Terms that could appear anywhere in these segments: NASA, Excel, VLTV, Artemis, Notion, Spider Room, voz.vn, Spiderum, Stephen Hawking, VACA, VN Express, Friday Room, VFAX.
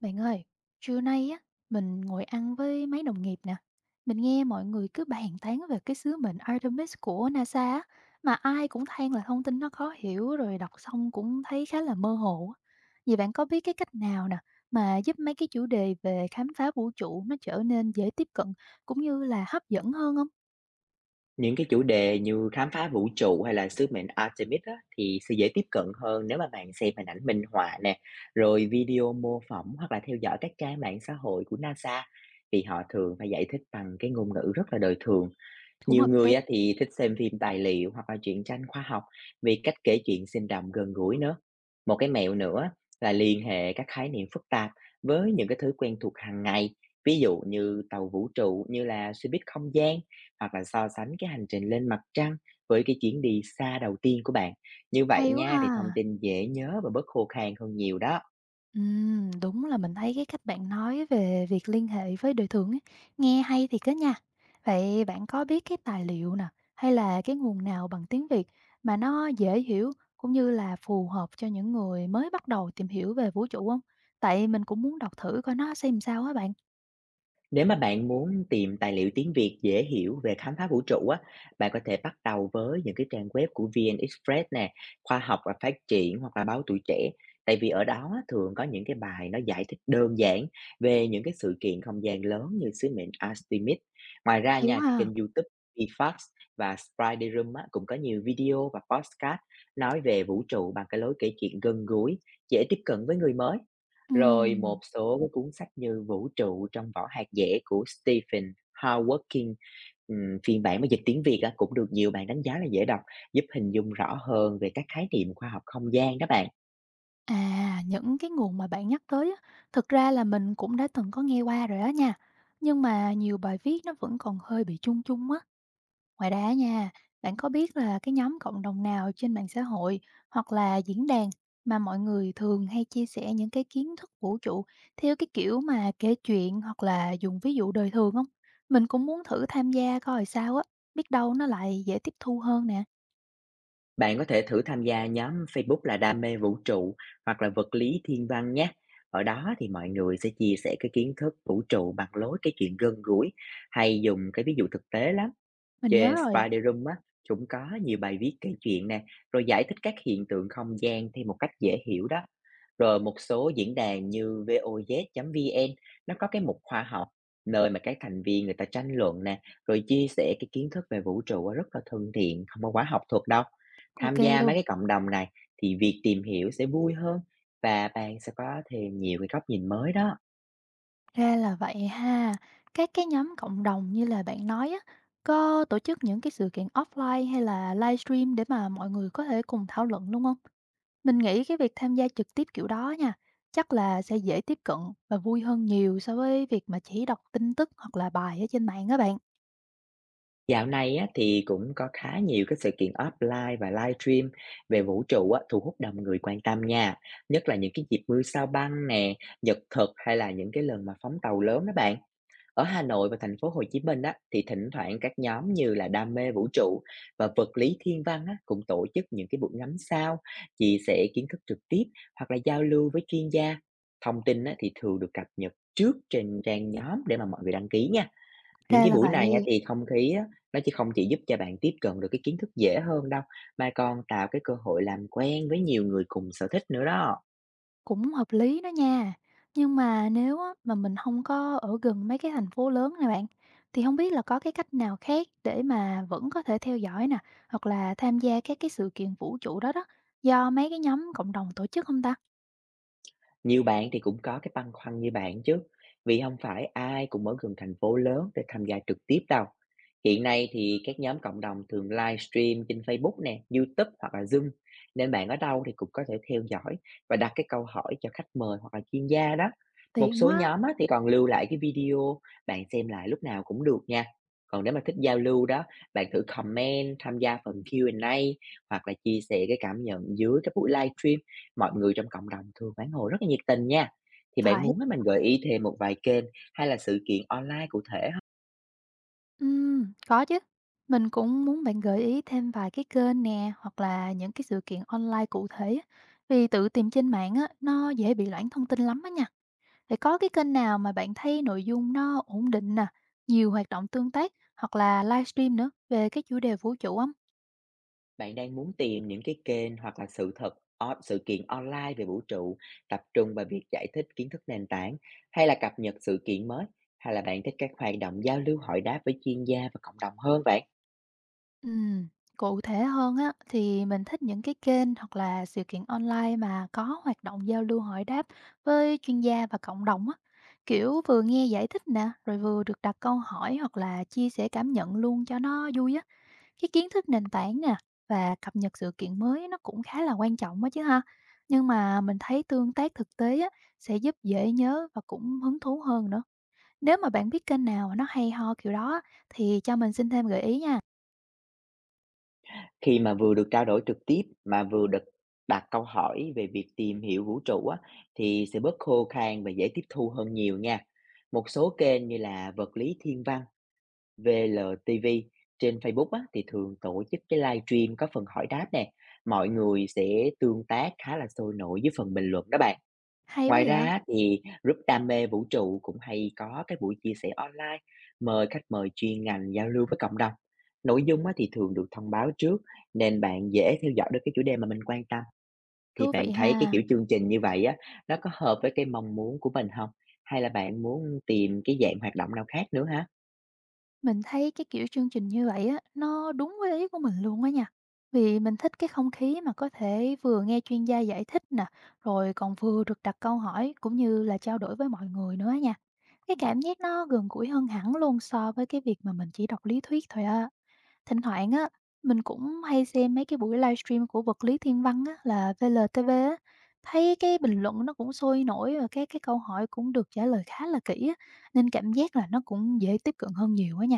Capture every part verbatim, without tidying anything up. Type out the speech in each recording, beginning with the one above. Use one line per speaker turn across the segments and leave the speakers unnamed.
Bạn ơi, trưa nay á, mình ngồi ăn với mấy đồng nghiệp nè. Mình nghe mọi người cứ bàn tán về cái sứ mệnh Artemis của NASA á, mà ai cũng than là thông tin nó khó hiểu rồi đọc xong cũng thấy khá là mơ hồ. á. Vậy bạn có biết cái cách nào nè mà giúp mấy cái chủ đề về khám phá vũ trụ nó trở nên dễ tiếp cận cũng như là hấp dẫn hơn không?
Những cái chủ đề như khám phá vũ trụ hay là sứ mệnh Artemis á, thì sẽ dễ tiếp cận hơn nếu mà bạn xem hình ảnh minh họa nè, rồi video mô phỏng hoặc là theo dõi các trang mạng xã hội của NASA vì họ thường phải giải thích bằng cái ngôn ngữ rất là đời thường.
Cũng
Nhiều
hợp lý.
người á thì thích xem phim tài liệu hoặc là truyện tranh khoa học vì cách kể chuyện sinh động gần gũi nữa. Một cái mẹo nữa là liên hệ các khái niệm phức tạp với những cái thứ quen thuộc hàng ngày, ví dụ như tàu vũ trụ như là xe buýt không gian hoặc là so sánh cái hành trình lên mặt trăng với cái chuyến đi xa đầu tiên của bạn. Như vậy
Hay quá
nha, thì thông
ha.
tin dễ nhớ và bớt khô khan hơn nhiều đó.
Ừm, đúng là mình thấy cái cách bạn nói về việc liên hệ với đời thường ấy, nghe hay thiệt á nha. Vậy bạn có biết cái tài liệu nè, hay là cái nguồn nào bằng tiếng Việt mà nó dễ hiểu cũng như là phù hợp cho những người mới bắt đầu tìm hiểu về vũ trụ không? Tại mình cũng muốn đọc thử coi nó xem sao á bạn.
Nếu mà bạn muốn tìm tài liệu tiếng Việt dễ hiểu về khám phá vũ trụ á, bạn có thể bắt đầu với những cái trang web của vê en Express nè, khoa học và phát triển hoặc là báo tuổi trẻ. Tại vì ở đó á, thường có những cái bài nó giải thích đơn giản về những cái sự kiện không gian lớn như sứ mệnh Artemis. Ngoài ra
Hay
nha,
quá ha.
kênh YouTube vê ép a ích và Spider Room á, cũng có nhiều video và podcast nói về vũ trụ bằng cái lối kể chuyện gần gũi, dễ tiếp cận với người mới. Rồi
Ừm.
một số cái cuốn sách như Vũ trụ trong vỏ hạt dẻ của Stephen Hawking, ừm, phiên bản mà dịch tiếng Việt á, cũng được nhiều bạn đánh giá là dễ đọc, giúp hình dung rõ hơn về các khái niệm khoa học không gian đó bạn.
À, những cái nguồn mà bạn nhắc tới á, thực ra là mình cũng đã từng có nghe qua rồi đó nha. Nhưng mà nhiều bài viết nó vẫn còn hơi bị chung chung á. Ngoài ra nha, bạn có biết là cái nhóm cộng đồng nào trên mạng xã hội hoặc là diễn đàn mà mọi người thường hay chia sẻ những cái kiến thức vũ trụ theo cái kiểu mà kể chuyện hoặc là dùng ví dụ đời thường không? Mình cũng muốn thử tham gia coi sao á, biết đâu nó lại dễ tiếp thu hơn nè.
Bạn có thể thử tham gia nhóm Facebook là Đam mê vũ trụ hoặc là vật lý thiên văn nhé. Ở đó thì mọi người sẽ chia sẻ cái kiến thức vũ trụ bằng lối cái chuyện gần gũi, hay dùng cái ví dụ thực tế lắm.
Mình nhớ
Trên
rồi,
Spiderum á, chúng có nhiều bài viết kể chuyện nè, rồi giải thích các hiện tượng không gian theo một cách dễ hiểu đó. Rồi một số diễn đàn như voz.vn nó có cái mục khoa học, nơi mà các thành viên người ta tranh luận nè, rồi chia sẻ cái kiến thức về vũ trụ á, rất là thân thiện, không có quá học thuật đâu.
ok
Tham gia mấy
luôn.
cái cộng đồng này thì việc tìm hiểu sẽ vui hơn và bạn sẽ có thêm nhiều cái góc nhìn mới đó.
Ra là vậy ha. Các cái nhóm cộng đồng như là bạn nói á, có tổ chức những cái sự kiện offline hay là livestream để mà mọi người có thể cùng thảo luận đúng không? Mình nghĩ cái việc tham gia trực tiếp kiểu đó nha, chắc là sẽ dễ tiếp cận và vui hơn nhiều so với việc mà chỉ đọc tin tức hoặc là bài ở trên mạng các bạn.
Dạo này á, thì cũng có khá nhiều cái sự kiện offline và livestream về vũ trụ á, thu hút đông người quan tâm nha. Nhất là những cái dịp mưa sao băng nè, nhật thực hay là những cái lần mà phóng tàu lớn đó bạn. Ở Hà Nội và thành phố Hồ Chí Minh á, thì thỉnh thoảng các nhóm như là đam mê vũ trụ và vật lý thiên văn á, cũng tổ chức những cái buổi ngắm sao, chia sẻ kiến thức trực tiếp hoặc là giao lưu với chuyên gia. Thông tin á, thì thường được cập nhật trước trên trang nhóm để mà mọi người đăng ký nha. Những
Ra
cái
là
buổi này á,
vậy,
thì không khí á, nó chỉ không chỉ giúp cho bạn tiếp cận được cái kiến thức dễ hơn đâu, mà còn tạo cái cơ hội làm quen với nhiều người cùng sở thích nữa đó.
cũng hợp lý đó nha. Nhưng mà nếu á, mà mình không có ở gần mấy cái thành phố lớn này bạn, thì không biết là có cái cách nào khác để mà vẫn có thể theo dõi nè, hoặc là tham gia các cái sự kiện vũ trụ đó đó, do mấy cái nhóm cộng đồng tổ chức không ta?
Nhiều bạn thì cũng có cái băn khoăn như bạn chứ, vì không phải ai cũng ở gần thành phố lớn để tham gia trực tiếp đâu. Hiện nay thì các nhóm cộng đồng thường livestream trên Facebook nè, YouTube hoặc là Zoom, nên bạn ở đâu thì cũng có thể theo dõi và đặt cái câu hỏi cho khách mời hoặc là chuyên gia đó. Một
Tiện
số
quá,
nhóm á, thì còn lưu lại cái video, bạn xem lại lúc nào cũng được nha. Còn nếu mà thích giao lưu đó, bạn thử comment, tham gia phần quy và a hoặc là chia sẻ cái cảm nhận dưới cái buổi livestream. Mọi người trong cộng đồng thường phản hồi rất là nhiệt tình nha. Thì bạn
phải.
muốn á, mình gợi ý thêm một vài kênh hay là sự kiện online cụ thể không?
Ừm, có chứ. Mình cũng muốn bạn gợi ý thêm vài cái kênh nè, hoặc là những cái sự kiện online cụ thể á. Vì tự tìm trên mạng á, nó dễ bị loãng thông tin lắm á nha. Thì có cái kênh nào mà bạn thấy nội dung nó ổn định nè, nhiều hoạt động tương tác hoặc là livestream nữa về cái chủ đề vũ trụ không?
Bạn đang muốn tìm những cái kênh hoặc là sự thật o sự kiện online về vũ trụ, tập trung vào việc giải thích kiến thức nền tảng, hay là cập nhật sự kiện mới, hay là bạn thích các hoạt động giao lưu, hội đáp với chuyên gia và cộng đồng hơn vậy?
Ừm, Cụ thể hơn á thì mình thích những cái kênh hoặc là sự kiện online mà có hoạt động giao lưu hỏi đáp với chuyên gia và cộng đồng á. Kiểu vừa nghe giải thích nè, rồi vừa được đặt câu hỏi hoặc là chia sẻ cảm nhận luôn cho nó vui á. Cái kiến thức nền tảng nè và cập nhật sự kiện mới nó cũng khá là quan trọng á chứ ha. Nhưng mà mình thấy tương tác thực tế á sẽ giúp dễ nhớ và cũng hứng thú hơn nữa. Nếu mà bạn biết kênh nào nó hay ho kiểu đó á, thì cho mình xin thêm gợi ý nha.
Khi mà vừa được trao đổi trực tiếp mà vừa được đặt câu hỏi về việc tìm hiểu vũ trụ á, thì sẽ bớt khô khan và dễ tiếp thu hơn nhiều nha. Một số kênh như là Vật lý Thiên văn, vê lờ tê vê trên Facebook á, thì thường tổ chức cái live stream có phần hỏi đáp nè. Mọi người sẽ tương tác khá là sôi nổi với phần bình luận đó bạn.
Hay quá
Ngoài ra
vậy.
á, thì group đam mê vũ trụ cũng hay có cái buổi chia sẻ online, mời khách mời chuyên ngành giao lưu với cộng đồng. Nội dung á, thì thường được thông báo trước nên bạn dễ theo dõi được cái chủ đề mà mình quan tâm. Thì
Thú
bạn
vị
thấy cái
ha,
kiểu chương trình như vậy á, nó có hợp với cái mong muốn của mình không? Hay là bạn muốn tìm cái dạng hoạt động nào khác nữa ha?
mình thấy cái kiểu chương trình như vậy á, nó đúng với ý của mình luôn á nha. Vì mình thích cái không khí mà có thể vừa nghe chuyên gia giải thích nè, rồi còn vừa được đặt câu hỏi cũng như là trao đổi với mọi người nữa á nha. Cái cảm giác nó gần gũi hơn hẳn luôn so với cái việc mà mình chỉ đọc lý thuyết thôi á. Thỉnh thoảng á, mình cũng hay xem mấy cái buổi livestream của vật lý thiên văn á, là vê lờ tê vê á, thấy cái bình luận nó cũng sôi nổi và cái cái câu hỏi cũng được trả lời khá là kỹ á, nên cảm giác là nó cũng dễ tiếp cận hơn nhiều á nha.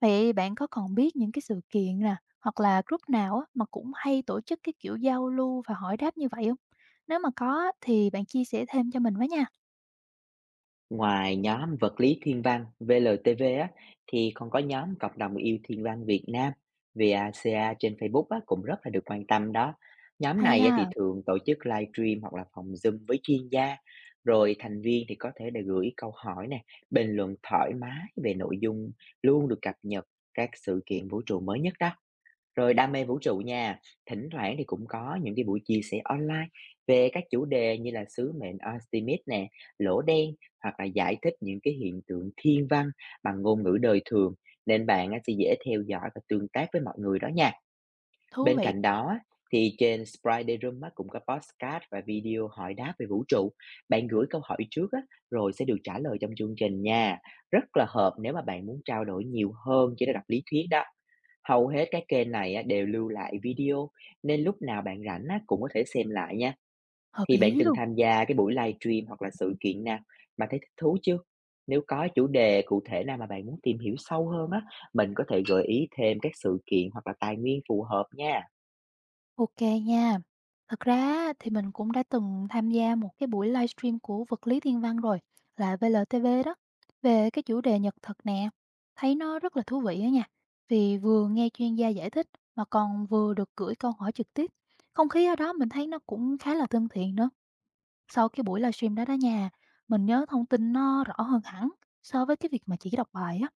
Vậy bạn có còn biết những cái sự kiện nè, hoặc là group nào á, mà cũng hay tổ chức cái kiểu giao lưu và hỏi đáp như vậy không? Nếu mà có thì bạn chia sẻ thêm cho mình với nha.
Ngoài nhóm vật lý thiên văn vê lờ tê vê á, thì còn có nhóm Cộng đồng yêu thiên văn Việt Nam va ca trên Facebook á, cũng rất là được quan tâm đó. Nhóm
Hay
này á, thì
ha,
thường tổ chức live stream hoặc là phòng Zoom với chuyên gia, rồi thành viên thì có thể để gửi câu hỏi nè, bình luận thoải mái về nội dung, luôn được cập nhật các sự kiện vũ trụ mới nhất đó. Rồi đam mê vũ trụ nha, thỉnh thoảng thì cũng có những cái buổi chia sẻ online về các chủ đề như là sứ mệnh Artemis nè, lỗ đen hoặc là giải thích những cái hiện tượng thiên văn bằng ngôn ngữ đời thường, nên bạn á, sẽ dễ theo dõi và tương tác với mọi người đó nha.
thú
Bên
vị,
cạnh đó á, thì trên Friday Room á, cũng có podcast và video hỏi đáp về vũ trụ. Bạn gửi câu hỏi trước á, rồi sẽ được trả lời trong chương trình nha. Rất là hợp nếu mà bạn muốn trao đổi nhiều hơn chỉ là đọc lý thuyết đó. Hầu hết các kênh này á, đều lưu lại video nên lúc nào bạn rảnh á, cũng có thể xem lại nha.
hợp
Thì bạn
lý
từng
luôn.
tham gia cái buổi livestream hoặc là sự kiện nào mà thấy thích thú chưa? Nếu có chủ đề cụ thể nào mà bạn muốn tìm hiểu sâu hơn á, mình có thể gợi ý thêm các sự kiện hoặc là tài nguyên phù hợp nha.
OK nha. Thật ra á, thì mình cũng đã từng tham gia một cái buổi livestream của vật lý thiên văn rồi, là vê lờ tê vê đó, về cái chủ đề nhật thực nè. Thấy nó rất là thú vị á nha, vì vừa nghe chuyên gia giải thích mà còn vừa được gửi câu hỏi trực tiếp. Không khí ở đó mình thấy nó cũng khá là thân thiện nữa. Sau cái buổi livestream đó đó nha, mình nhớ thông tin nó rõ hơn hẳn so với cái việc mà chỉ đọc bài á.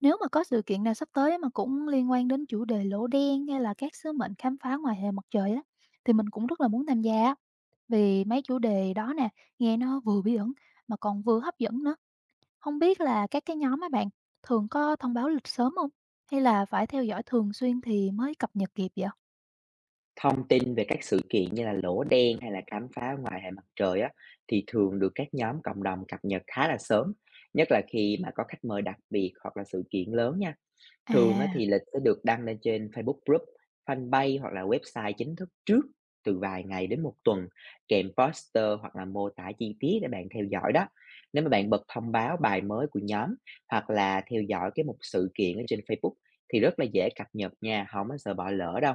Nếu mà có sự kiện nào sắp tới á mà cũng liên quan đến chủ đề lỗ đen hay là các sứ mệnh khám phá ngoài hệ mặt trời á, thì mình cũng rất là muốn tham gia á, vì mấy chủ đề đó nè, nghe nó vừa bí ẩn mà còn vừa hấp dẫn nữa. Không biết là các cái nhóm á bạn thường có thông báo lịch sớm không? Hay là phải theo dõi thường xuyên thì mới cập nhật kịp vậy?
Thông tin về các sự kiện như là lỗ đen hay là khám phá ngoài hệ mặt trời á, thì thường được các nhóm cộng đồng cập nhật khá là sớm, nhất là khi mà có khách mời đặc biệt hoặc là sự kiện lớn nha. Thường á
À,
thì lịch sẽ được đăng lên trên Facebook Group, fanpage hoặc là website chính thức trước từ vài ngày đến một tuần, kèm poster hoặc là mô tả chi tiết để bạn theo dõi đó. Nếu mà bạn bật thông báo bài mới của nhóm hoặc là theo dõi cái một sự kiện ở trên Facebook thì rất là dễ cập nhật nha, không có sợ bỏ lỡ đâu.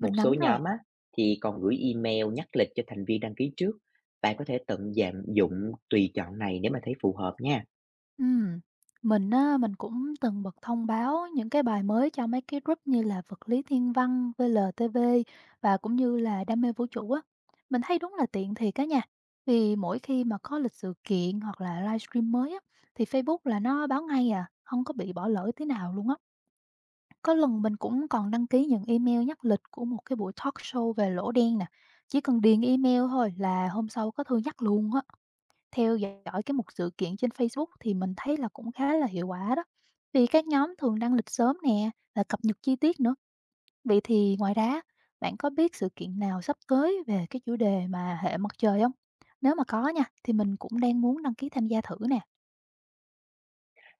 Một
nắm
số
rồi.
nhóm á thì còn gửi email nhắc lịch cho thành viên đăng ký trước. Bạn có thể tận dạng dụng tùy chọn này nếu mà thấy phù hợp nha.
Ừm, mình á, mình cũng từng bật thông báo những cái bài mới cho mấy cái group như là Vật lý Thiên văn, vê lờ tê vê và cũng như là Đam mê vũ trụ á. Mình thấy đúng là tiện thiệt á nha. Vì mỗi khi mà có lịch sự kiện hoặc là livestream mới á, thì Facebook là nó báo ngay à, không có bị bỏ lỡ tí nào luôn á. Có lần mình cũng còn đăng ký những email nhắc lịch của một cái buổi talk show về lỗ đen nè. Chỉ cần điền email thôi là hôm sau có thư nhắc luôn á. Theo dõi cái một sự kiện trên Facebook thì mình thấy là cũng khá là hiệu quả đó. Vì các nhóm thường đăng lịch sớm nè là cập nhật chi tiết nữa. Vậy thì ngoài ra, bạn có biết sự kiện nào sắp tới về cái chủ đề mà hệ mặt trời không? Nếu mà có nha, thì mình cũng đang muốn đăng ký tham gia thử nè.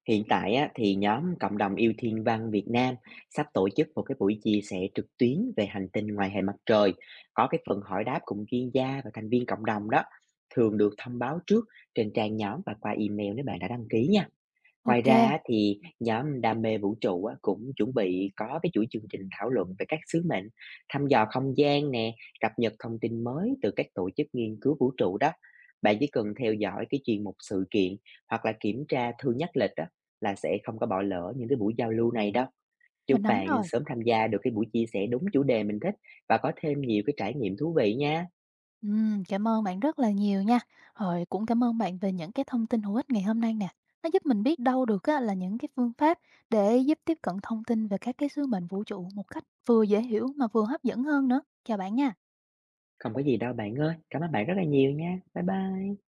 Hiện tại á, thì nhóm Cộng đồng Yêu Thiên Văn Việt Nam sắp tổ chức một cái buổi chia sẻ trực tuyến về hành tinh ngoài hệ mặt trời, có cái phần hỏi đáp cùng chuyên gia và thành viên cộng đồng đó, thường được thông báo trước trên trang nhóm và qua email nếu bạn đã đăng ký nha. Ngoài
Ok,
ra á thì nhóm đam mê vũ trụ á cũng chuẩn bị có cái chuỗi chương trình thảo luận về các sứ mệnh, thăm dò không gian nè, cập nhật thông tin mới từ các tổ chức nghiên cứu vũ trụ đó. Bạn chỉ cần theo dõi cái chuyên mục sự kiện hoặc là kiểm tra thư nhắc lịch á là sẽ không có bỏ lỡ những cái buổi giao lưu này đâu. Chúc
mình nắm
bạn
rồi.
sớm tham gia được cái buổi chia sẻ đúng chủ đề mình thích và có thêm nhiều cái trải nghiệm thú vị nha.
Ừm, cảm ơn bạn rất là nhiều nha. Rồi cũng cảm ơn bạn về những cái thông tin hữu ích ngày hôm nay nè. Nó giúp mình biết đâu được á, là những cái phương pháp để giúp tiếp cận thông tin về các cái sứ mệnh vũ trụ một cách vừa dễ hiểu mà vừa hấp dẫn hơn nữa. Chào bạn nha.
Không có gì đâu bạn ơi. Cảm ơn bạn rất là nhiều nha. Bye bye.